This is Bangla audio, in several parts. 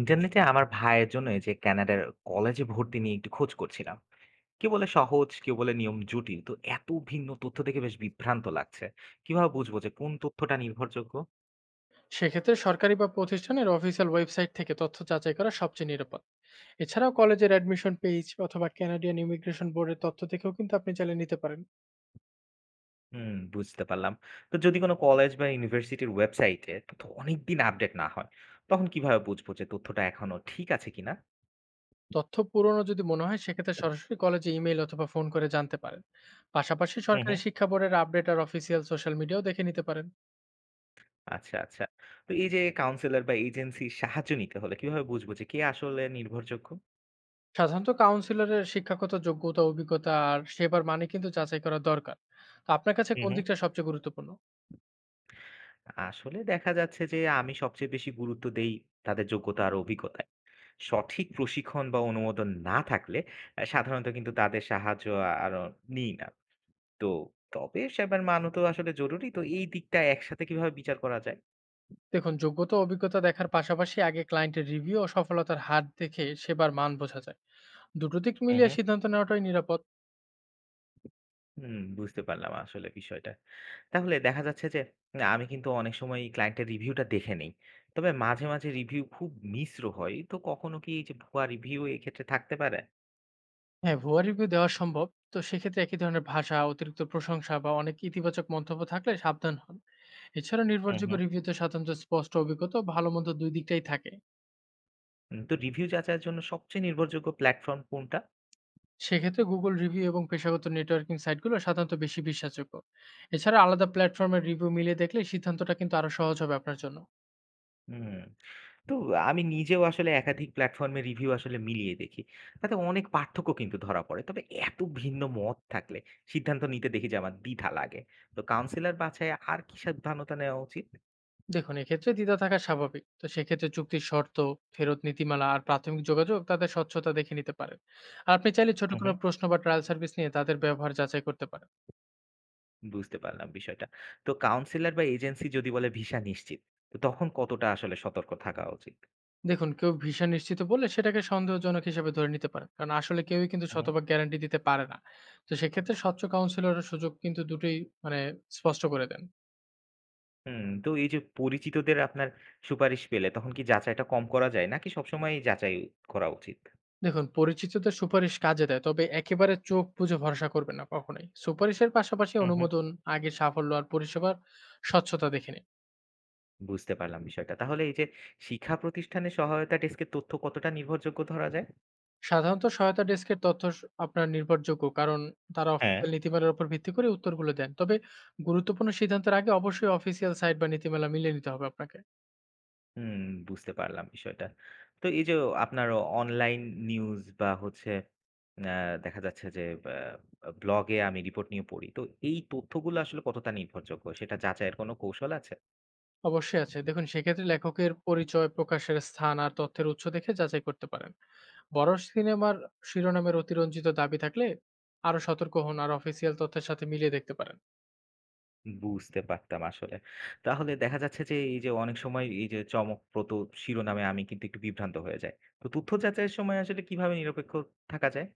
ইন্টারনেটে আমার ভাইয়ের জন্য এই যে কানাডার কলেজে ভর্তি নিয়ে একটু খোঁজ করছিলাম। কেউ বলে সহজ, কেউ বলে নিয়ম জটিল। তো এত ভিন্ন তথ্য দেখে বেশ বিভ্রান্ত লাগছে। কিভাবে বুঝবো যে কোন তথ্যটা নির্ভরযোগ্য? সেক্ষেত্রে সরকারি বা প্রতিষ্ঠানের অফিসিয়াল ওয়েবসাইট থেকে তথ্য যাচাই করা সবচেয়ে নিরাপদ। এছাড়াও কলেজের অ্যাডমিশন পেজ অথবা ক্যানাডিয়ান ইমিগ্রেশন বোর্ডের তথ্য থেকেও কিন্তু আপনি চালিয়ে নিতে পারেন। হুম, বুঝতে পারলাম। তো যদি কোনো কলেজ বা ইউনিভার্সিটির ওয়েবসাইটে তথ্য অনেকদিন আপডেট না হয়, তখন কিভাবে বুঝবো যে তথ্যটা এখনো ঠিক আছে কিনা? তথ্য পুরনো যদি মনে হয় সেক্ষেত্রে সরাসরি কলেজে ইমেল অথবা ফোন করে জানতে পারেন। পাশাপাশি হুম, সরকারি হুম। শিক্ষা বোর্ডের আপডেট আর অফিসিয়াল সোশ্যাল মিডিয়াও দেখে নিতে পারেন। আচ্ছা, আচ্ছা। তো এই যে কাউন্সিলর বা এজেন্সির সাহায্য নিতে হলে কিভাবে বুঝবো যে কে আসলে নির্ভরযোগ্য? সাধারণত কাউন্সিলরের শিক্ষাগত যোগ্যতা, অভিজ্ঞতা আর সেবার মানে কিন্তু যাচাই করা দরকার। তো আপনার কাছে হুম, কোন হুম। দিকটা সবচেয়ে গুরুত্বপূর্ণ? আসলে দেখা যাচ্ছে যে আমি সবচেয়ে বেশি গুরুত্ব দেই তাদের যোগ্যতা আর অভিজ্ঞতায়। সঠিক প্রশিক্ষণ বা অনুমোদন না থাকলে সাধারণত কিন্তু তাদের সাহায্য আর নিই না। তো তবে সেবার মানও তো আসলে জরুরি। তো এই দিকটা একসাথে কিভাবে বিচার করা যায়? দেখুন, যোগ্যতা ও অভিজ্ঞতা দেখার পাশাপাশি আগে ক্লায়েন্টের রিভিউ ও সফলতার হার দেখে সেবার মান বোঝা যায়। দুটো দিক হুম, মিলিয়ে হুম। সিদ্ধান্ত নেওয়াটাই নিরাপদ। হুম, বুঝতে পারলাম আসলে বিষয়টা। তাহলে দেখা যাচ্ছে যে না আমি কিন্তু অনেক সময় ক্লায়েন্টের রিভিউটা দেখে নেই। তবে মাঝে মাঝে রিভিউ খুব মিশ্র হয়। তো কখনো কি এই যে ভুয়া রিভিউ এক্ষেত্রে থাকতে পারে? হ্যাঁ, ভুয়া রিভিউ দেওয়া সম্ভব। তো সেক্ষেত্রে একই ধরনের ভাষা, অতিরিক্ত প্রশংসা বা অনেক ইতিবাচক মন্তব্য থাকলে সাবধান হন। এছাড়া হুম, নির্ভরযোগ্য হুম। রিভিউতে সাধারণত স্পষ্ট অভিজ্ঞতা ও ভালো মন্দ দুই দিকটাই থাকে। হুম, তো রিভিউ যাচাইয়ের জন্য সবচেয়ে নির্ভরযোগ্য প্ল্যাটফর্ম কোনটা? সেক্ষেত্রে গুগল রিভিউ এবং পেশাগত নেটওয়ার্কিং সাইটগুলো সাধারণত বেশি বিশ্বাসযোগ্য। এছাড়া আলাদা প্ল্যাটফর্মের রিভিউ মিলিয়ে দেখলে সিদ্ধান্তটা কিন্তু আরো সহজ হবে আপনার জন্য। হুম। তো আমি নিজেও আসলে একাধিক প্ল্যাটফর্মে রিভিউ আসলে মিলিয়ে দেখি। তাতে অনেক পার্থক্য কিন্তু ধরা পড়ে। তবে এত ভিন্ন মত থাকলে সিদ্ধান্ত নিতে দেখি যে আমার দ্বিধা লাগে। তো কাউন্সিলর বাছাই আর কি সাবধানতা নেওয়া উচিত? দেখুন, এক্ষেত্রে দ্বিধা থাকা স্বাভাবিক। তো সেক্ষেত্রে চুক্তির শর্ত, ফেরত নীতিমালা আর প্রাথমিক যোগাযোগ, তাদের স্বচ্ছতা দেখে নিতে পারেন। আর আপনি চাইলে ছোট হুম, কোনো হুম। প্রশ্ন বা ট্রায়াল সার্ভিস নিয়ে তাদের ব্যবহার যাচাই করতে পারেন। বুঝতে পারলাম বিষয়টা। তো কাউন্সিলর বা এজেন্সি যদি বলে ভিসা নিশ্চিত, তো তখন কতটা আসলে সতর্ক থাকা উচিত? দেখুন, কেউ ভিসা নিশ্চিত বলে সেটাকে সন্দেহজনক হিসেবে ধরে নিতে পারেন, কারণ আসলে কেউই কিন্তু শতভাগ গ্যারান্টি দিতে পারে না। তো সেক্ষেত্রে স্বচ্ছ কাউন্সিলরের সুযোগ কিন্তু দুটোই, মানে স্পষ্ট করে দেন। হুম, তো এই যে পরিচিতদের আপনার সুপারিশ পেলে তখন কি যাচাইটা কম করা যায়? নাকি সবসময়ই যাচাই করা উচিত? দেখুন, পরিচিতদের সুপারিশ কাজে দেয়, তবে একেবারে চোখ বুজে ভরসা করবেন না কখনোই। সুপারিশের পাশাপাশি হুম, হুম। অনুমোদন, আগে সাফল্য আর পরিষেবার স্বচ্ছতা দেখে নিন। বুঝতে পারলাম বিষয়টা। তাহলে এই যে শিক্ষা প্রতিষ্ঠানের সহায়তা ডেস্কের তথ্য কতটা নির্ভরযোগ্য ধরা যায়? সাধারণত সহায়তা ডেস্কের তথ্য আপনার নির্ভরযোগ্য, কারণ তারা হ্যাঁ। অফিসিয়াল নীতিমালার উপর ভিত্তি করে উত্তরগুলো দেন। তবে গুরুত্বপূর্ণ সিদ্ধান্তের আগে অবশ্যই অফিসিয়াল সাইট বা নীতিমালা মিলিয়ে নিতে হবে আপনাকে। হুম, বুঝতে পারলাম বিষয়টা। তো এই যে আপনার অনলাইন নিউজ বা হচ্ছে আ দেখা যাচ্ছে যে ব্লগে আমি রিপোর্ট নিয়ে পড়ি। তো এই তথ্যগুলো আসলে কতটা নির্ভরযোগ্য সেটা যাচাইয়ের কোনো কৌশল আছে? অবশ্যই আছে। দেখুন, সেক্ষেত্রে লেখকের পরিচয়, প্রকাশের স্থান আর তথ্যের উৎস দেখে যাচাই করতে পারেন। বড় সিনেমার শিরোনামের অতিরঞ্জিত দাবি থাকলে আরো সতর্ক হন আর অফিসিয়াল তথ্যের সাথে মিলিয়ে দেখতে পারেন। বুঝতে পারতাম আসলে। তাহলে দেখা যাচ্ছে যে এই যে অনেক সময় এই যে চমকপ্রদ শিরোনামে আমি কিন্তু একটু বিভ্রান্ত হয়ে যাই। তো তথ্য যাচাইয়ের সময় আসলে কিভাবে নিরপেক্ষ থাকা যায়?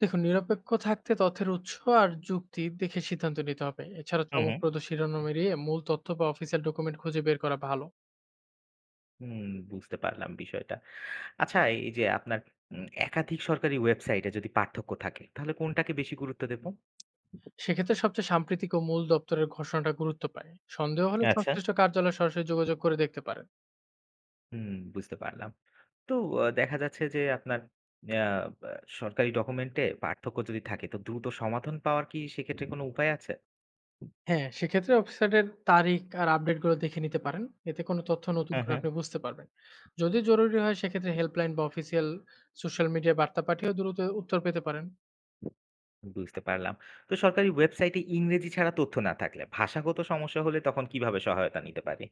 দেখুন, নিরপেক্ষ থাকতে তথ্যের উৎস আর যুক্তি দেখে সিদ্ধান্ত নিতে হবে। এছাড়া হুম, হুম। চমকপ্রদ শিরোনাম এড়িয়ে মূল তথ্য বা অফিসিয়াল ডকুমেন্ট খুঁজে বের করা ভালো। হুম, বুঝতে পারলাম বিষয়টা। আচ্ছা, এই যে আপনার একাধিক সরকারি ওয়েবসাইটে যদি পার্থক্য থাকে তাহলে কোনটাকে বেশি গুরুত্ব দেব? সেক্ষেত্রে সবচেয়ে সাম্প্রতিক ও মূল দপ্তরের ঘোষণাটা গুরুত্ব পায়। সন্দেহ হলে আচ্ছা। সংশ্লিষ্ট কার্যালয়ে সরাসরি যোগাযোগ করে দেখতে পারেন। হুম, বুঝতে পারলাম। তো দেখা যাচ্ছে যে আপনার আ বা সরকারি ডকুমেন্টে পার্থক্য যদি থাকে তো দ্রুত সমাধান পাওয়ার কি সেক্ষেত্রে কোনো উপায় আছে? হ্যাঁ, সেক্ষেত্রে ওয়েবসাইটের তারিখ আর আপডেটগুলো দেখে নিতে পারেন। এতে কোনো তথ্য নতুন হ্যাঁ, করে হ্যাঁ। আপনি বুঝতে পারবেন। যদি জরুরি হয় সেক্ষেত্রে হেল্পলাইন বা অফিসিয়াল সোশ্যাল মিডিয়া বার্তা পাঠিয়েও দ্রুত উত্তর পেতে পারেন। বুঝতে পারলাম। তো সরকারি ওয়েবসাইটে ইংরেজি ছাড়া তথ্য না থাকলে, ভাষাগত সমস্যা হলে তখন কিভাবে সহায়তা নিতে পারি?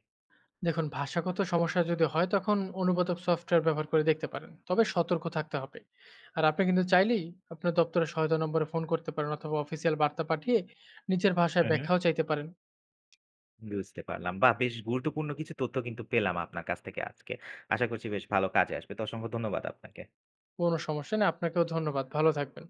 দেখুন, ভাষাগত সমস্যা যদি হয় তখন অনুবাদক সফটওয়্যার ব্যবহার করে দেখতে পারেন, তবে সতর্ক থাকতে হবে। আর আপনি কিন্তু চাইলেই আপনার দপ্তরের সহায়তা নম্বরে ফোন করতে পারেন অথবা অফিসিয়াল বার্তা পাঠিয়ে নিজের ভাষায় হ্যাঁ, হ্যাঁ। ব্যাখ্যাও চাইতে পারেন। বুঝতে পারলাম। বাহ! বেশ গুরুত্বপূর্ণ কিছু তথ্য কিন্তু পেলাম আপনার কাছ থেকে আজকে। আশা করছি বেশ ভালো কাজে আসবে। তো অসংখ্য ধন্যবাদ আপনাকে। কোনো সমস্যা নেই। আপনাকেও ধন্যবাদ। ভালো থাকবেন।